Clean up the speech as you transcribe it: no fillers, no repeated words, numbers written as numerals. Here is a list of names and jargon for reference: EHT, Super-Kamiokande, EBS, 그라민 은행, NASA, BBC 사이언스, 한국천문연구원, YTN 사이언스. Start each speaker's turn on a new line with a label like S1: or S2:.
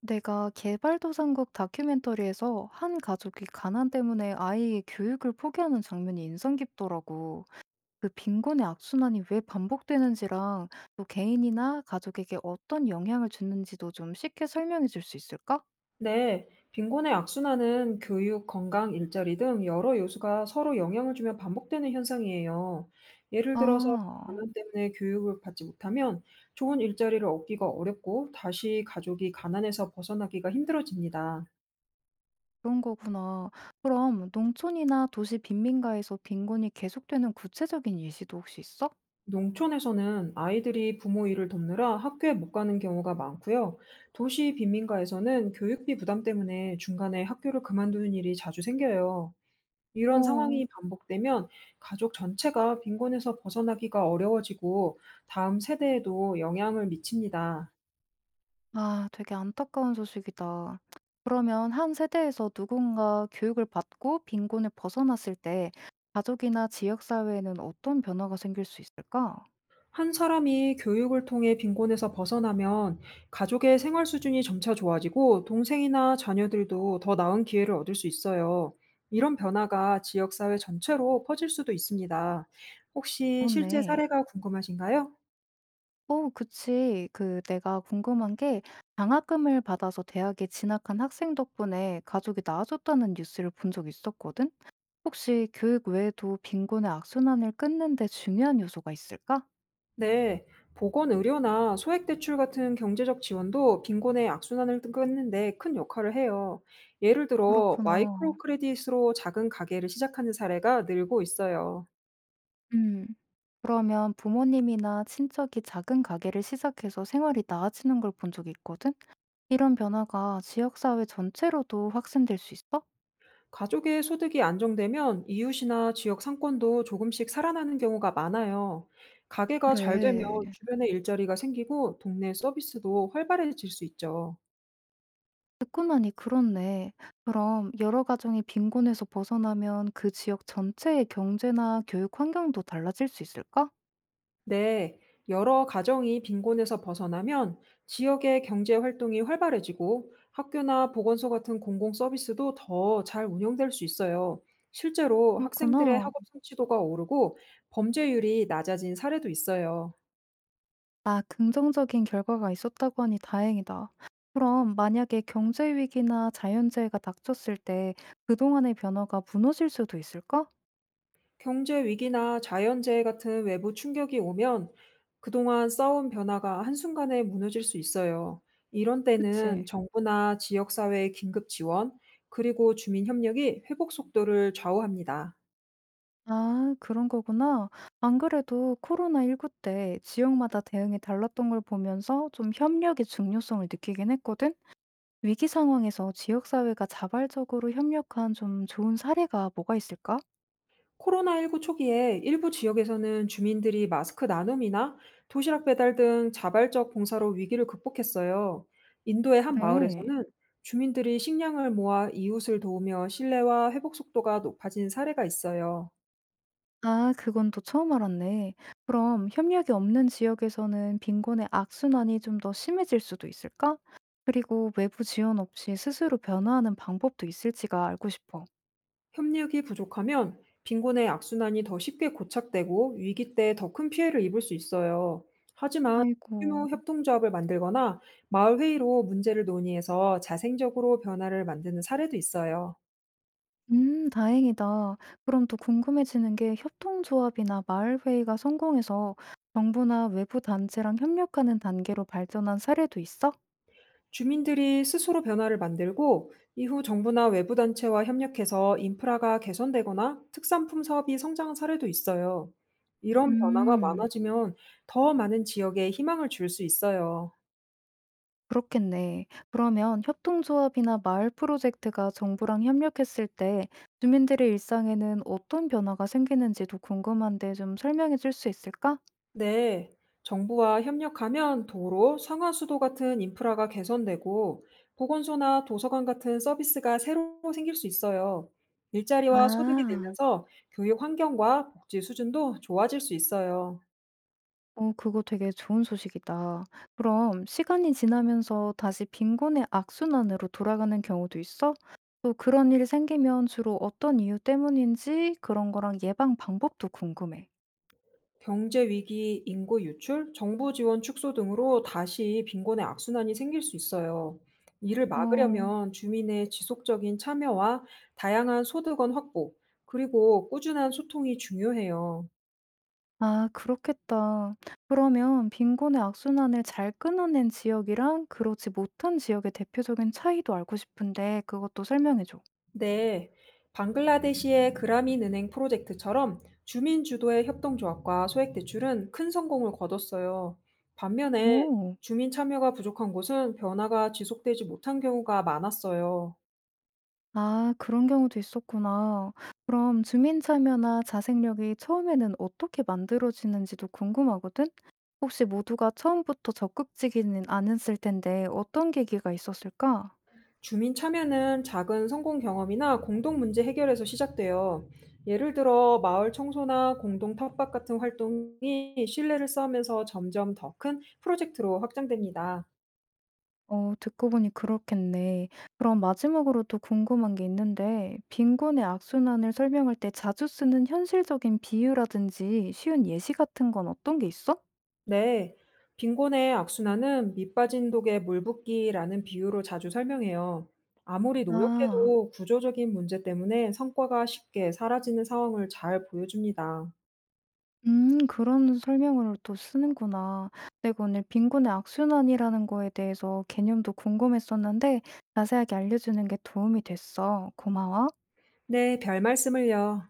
S1: 내가 개발도상국 다큐멘터리에서 한 가족이 가난 때문에 아이의 교육을 포기하는 장면이 인상 깊더라고. 그 빈곤의 악순환이 왜 반복되는지랑 또 개인이나 가족에게 어떤 영향을 주는지도 좀 쉽게 설명해 줄 수 있을까?
S2: 네, 빈곤의 악순환은 교육, 건강, 일자리 등 여러 요소가 서로 영향을 주며 반복되는 현상이에요. 예를 들어서
S1: 아,
S2: 가난 때문에 교육을 받지 못하면 좋은 일자리를 얻기가 어렵고 다시 가족이 가난에서 벗어나기가 힘들어집니다.
S1: 그런 거구나. 그럼 농촌이나 도시 빈민가에서 빈곤이 계속되는 구체적인 예시도 혹시 있어?
S2: 농촌에서는 아이들이 부모 일을 돕느라 학교에 못 가는 경우가 많고요. 도시 빈민가에서는 교육비 부담 때문에 중간에 학교를 그만두는 일이 자주 생겨요. 이런
S1: 어.
S2: 상황이 반복되면 가족 전체가 빈곤에서 벗어나기가 어려워지고 다음 세대에도 영향을 미칩니다.
S1: 아, 되게 안타까운 소식이다. 그러면 한 세대에서 누군가 교육을 받고 빈곤을 벗어났을 때 가족이나 지역사회에는 어떤 변화가 생길 수 있을까?
S2: 한 사람이 교육을 통해 빈곤에서 벗어나면 가족의 생활 수준이 점차 좋아지고 동생이나 자녀들도 더 나은 기회를 얻을 수 있어요. 이런 변화가 지역사회 전체로 퍼질 수도 있습니다. 혹시 실제
S1: 그렇네.
S2: 사례가 궁금하신가요?
S1: 어, 그치. 그 내가 궁금한 게 장학금을 받아서 대학에 진학한 학생 덕분에 가족이 나아졌다는 뉴스를 본 적 있었거든? 혹시 교육 외에도 빈곤의 악순환을 끊는 데 중요한 요소가 있을까?
S2: 네, 보건의료나 소액대출 같은 경제적 지원도 빈곤의 악순환을 끊는데 큰 역할을 해요. 예를 들어,
S1: 그렇구나.
S2: 마이크로 크레딧으로 작은 가게를 시작하는 사례가 늘고 있어요.
S1: 음. 그러면 부모님이나 친척이 작은 가게를 시작해서 생활이 나아지는 걸 본 적이 있거든? 이런 변화가 지역사회 전체로도 확산될 수 있어?
S2: 가족의 소득이 안정되면 이웃이나 지역 상권도 조금씩 살아나는 경우가 많아요. 가게가 잘 되면
S1: 그래.
S2: 주변에 일자리가 생기고 동네 서비스도 활발해질 수 있죠.
S1: 듣고 나니 그렇네. 그럼 여러 가정이 빈곤에서 벗어나면 그 지역 전체의 경제나 교육 환경도 달라질 수 있을까?
S2: 네, 여러 가정이 빈곤에서 벗어나면 지역의 경제 활동이 활발해지고 학교나 보건소 같은 공공 서비스도 더 잘 운영될 수 있어요. 실제로 학생들의
S1: 그렇구나.
S2: 학업 성취도가 오르고 범죄율이 낮아진 사례도 있어요.
S1: 아, 긍정적인 결과가 있었다고 하니 다행이다. 그럼 만약에 경제 위기나 자연재해가 닥쳤을 때 그동안의 변화가 무너질 수도 있을까?
S2: 경제 위기나 자연재해 같은 외부 충격이 오면 그동안 쌓아온 변화가 한순간에 무너질 수 있어요. 이런
S1: 그치.
S2: 때는 정부나 지역사회의 긴급 지원, 그리고 주민 협력이 회복 속도를 좌우합니다.
S1: 아, 그런 거구나. 안 그래도 코로나19 때 지역마다 대응이 달랐던 걸 보면서 좀 협력의 중요성을 느끼긴 했거든? 위기 상황에서 지역사회가 자발적으로 협력한 좀 좋은 사례가 뭐가 있을까?
S2: 코로나19 초기에 일부 지역에서는 주민들이 마스크 나눔이나 도시락 배달 등 자발적 봉사로 위기를 극복했어요. 인도의 한
S1: 그래.
S2: 마을에서는 주민들이 식량을 모아 이웃을 도우며 신뢰와 회복 속도가 높아진 사례가 있어요.
S1: 아, 그건 또 처음 알았네. 그럼 협력이 없는 지역에서는 빈곤의 악순환이 좀 더 심해질 수도 있을까? 그리고 외부 지원 없이 스스로 변화하는 방법도 있을지가 알고 싶어.
S2: 협력이 부족하면 빈곤의 악순환이 더 쉽게 고착되고 위기 때 더 큰 피해를 입을 수 있어요. 하지만
S1: 아이고.
S2: 규모 협동조합을 만들거나 마을 회의로 문제를 논의해서 자생적으로 변화를 만드는 사례도 있어요.
S1: 다행이다. 그럼 또 궁금해지는 게 협동조합이나 마을회의가 성공해서 정부나 외부 단체랑 협력하는 단계로 발전한 사례도 있어?
S2: 주민들이 스스로 변화를 만들고 이후 정부나 외부 단체와 협력해서 인프라가 개선되거나 특산품 사업이 성장한 사례도 있어요. 이런 변화가
S1: 음,
S2: 많아지면 더 많은 지역에 희망을 줄 수 있어요.
S1: 그렇겠네. 그러면 협동조합이나 마을 프로젝트가 정부랑 협력했을 때 주민들의 일상에는 어떤 변화가 생기는지도 궁금한데 좀 설명해 줄 수 있을까?
S2: 네, 정부와 협력하면 도로, 상하수도 같은 인프라가 개선되고 보건소나 도서관 같은 서비스가 새로 생길 수 있어요. 일자리와 소득이
S1: 아.
S2: 늘면서 교육 환경과 복지 수준도 좋아질 수 있어요.
S1: 어, 그거 되게 좋은 소식이다. 그럼 시간이 지나면서 다시 빈곤의 악순환으로 돌아가는 경우도 있어? 또 그런 일이 생기면 주로 어떤 이유 때문인지 그런 거랑 예방 방법도 궁금해.
S2: 경제 위기, 인구 유출, 정부 지원 축소 등으로 다시 빈곤의 악순환이 생길 수 있어요. 이를
S1: 어.
S2: 막으려면 주민의 지속적인 참여와 다양한 소득원 확보, 그리고 꾸준한 소통이 중요해요.
S1: 아, 그렇겠다. 그러면 빈곤의 악순환을 잘 끊어낸 지역이랑 그렇지 못한 지역의 대표적인 차이도 알고 싶은데 그것도 설명해 줘.
S2: 네, 방글라데시의 그라민 은행 프로젝트처럼 주민 주도의 협동조합과 소액대출은 큰 성공을 거뒀어요. 반면에
S1: 오.
S2: 주민 참여가 부족한 곳은 변화가 지속되지 못한 경우가 많았어요.
S1: 아, 그런 경우도 있었구나. 그럼 주민 참여나 자생력이 처음에는 어떻게 만들어지는지도 궁금하거든? 혹시 모두가 처음부터 적극적이는 않았을 텐데 어떤 계기가 있었을까?
S2: 주민 참여는 작은 성공 경험이나 공동 문제 해결에서 시작돼요. 예를 들어 마을 청소나 공동 텃밭 같은 활동이 신뢰를 쌓으면서 점점 더 큰 프로젝트로 확장됩니다.
S1: 어, 듣고 보니 그렇겠네. 그럼 마지막으로 또 궁금한 게 있는데, 빈곤의 악순환을 설명할 때 자주 쓰는 현실적인 비유라든지 쉬운 예시 같은 건 어떤 게 있어?
S2: 네. 빈곤의 악순환은 밑 빠진 독에 물 붓기라는 비유로 자주 설명해요. 아무리
S1: 아.
S2: 노력해도 구조적인 문제 때문에 성과가 쉽게 사라지는 상황을 잘 보여줍니다.
S1: 음, 그런 설명으로 또 쓰는구나. 내가 오늘 빈곤의 악순환이라는 거에 대해서 개념도 궁금했었는데 자세하게 알려주는 게 도움이 됐어. 고마워.
S2: 네, 별 말씀을요.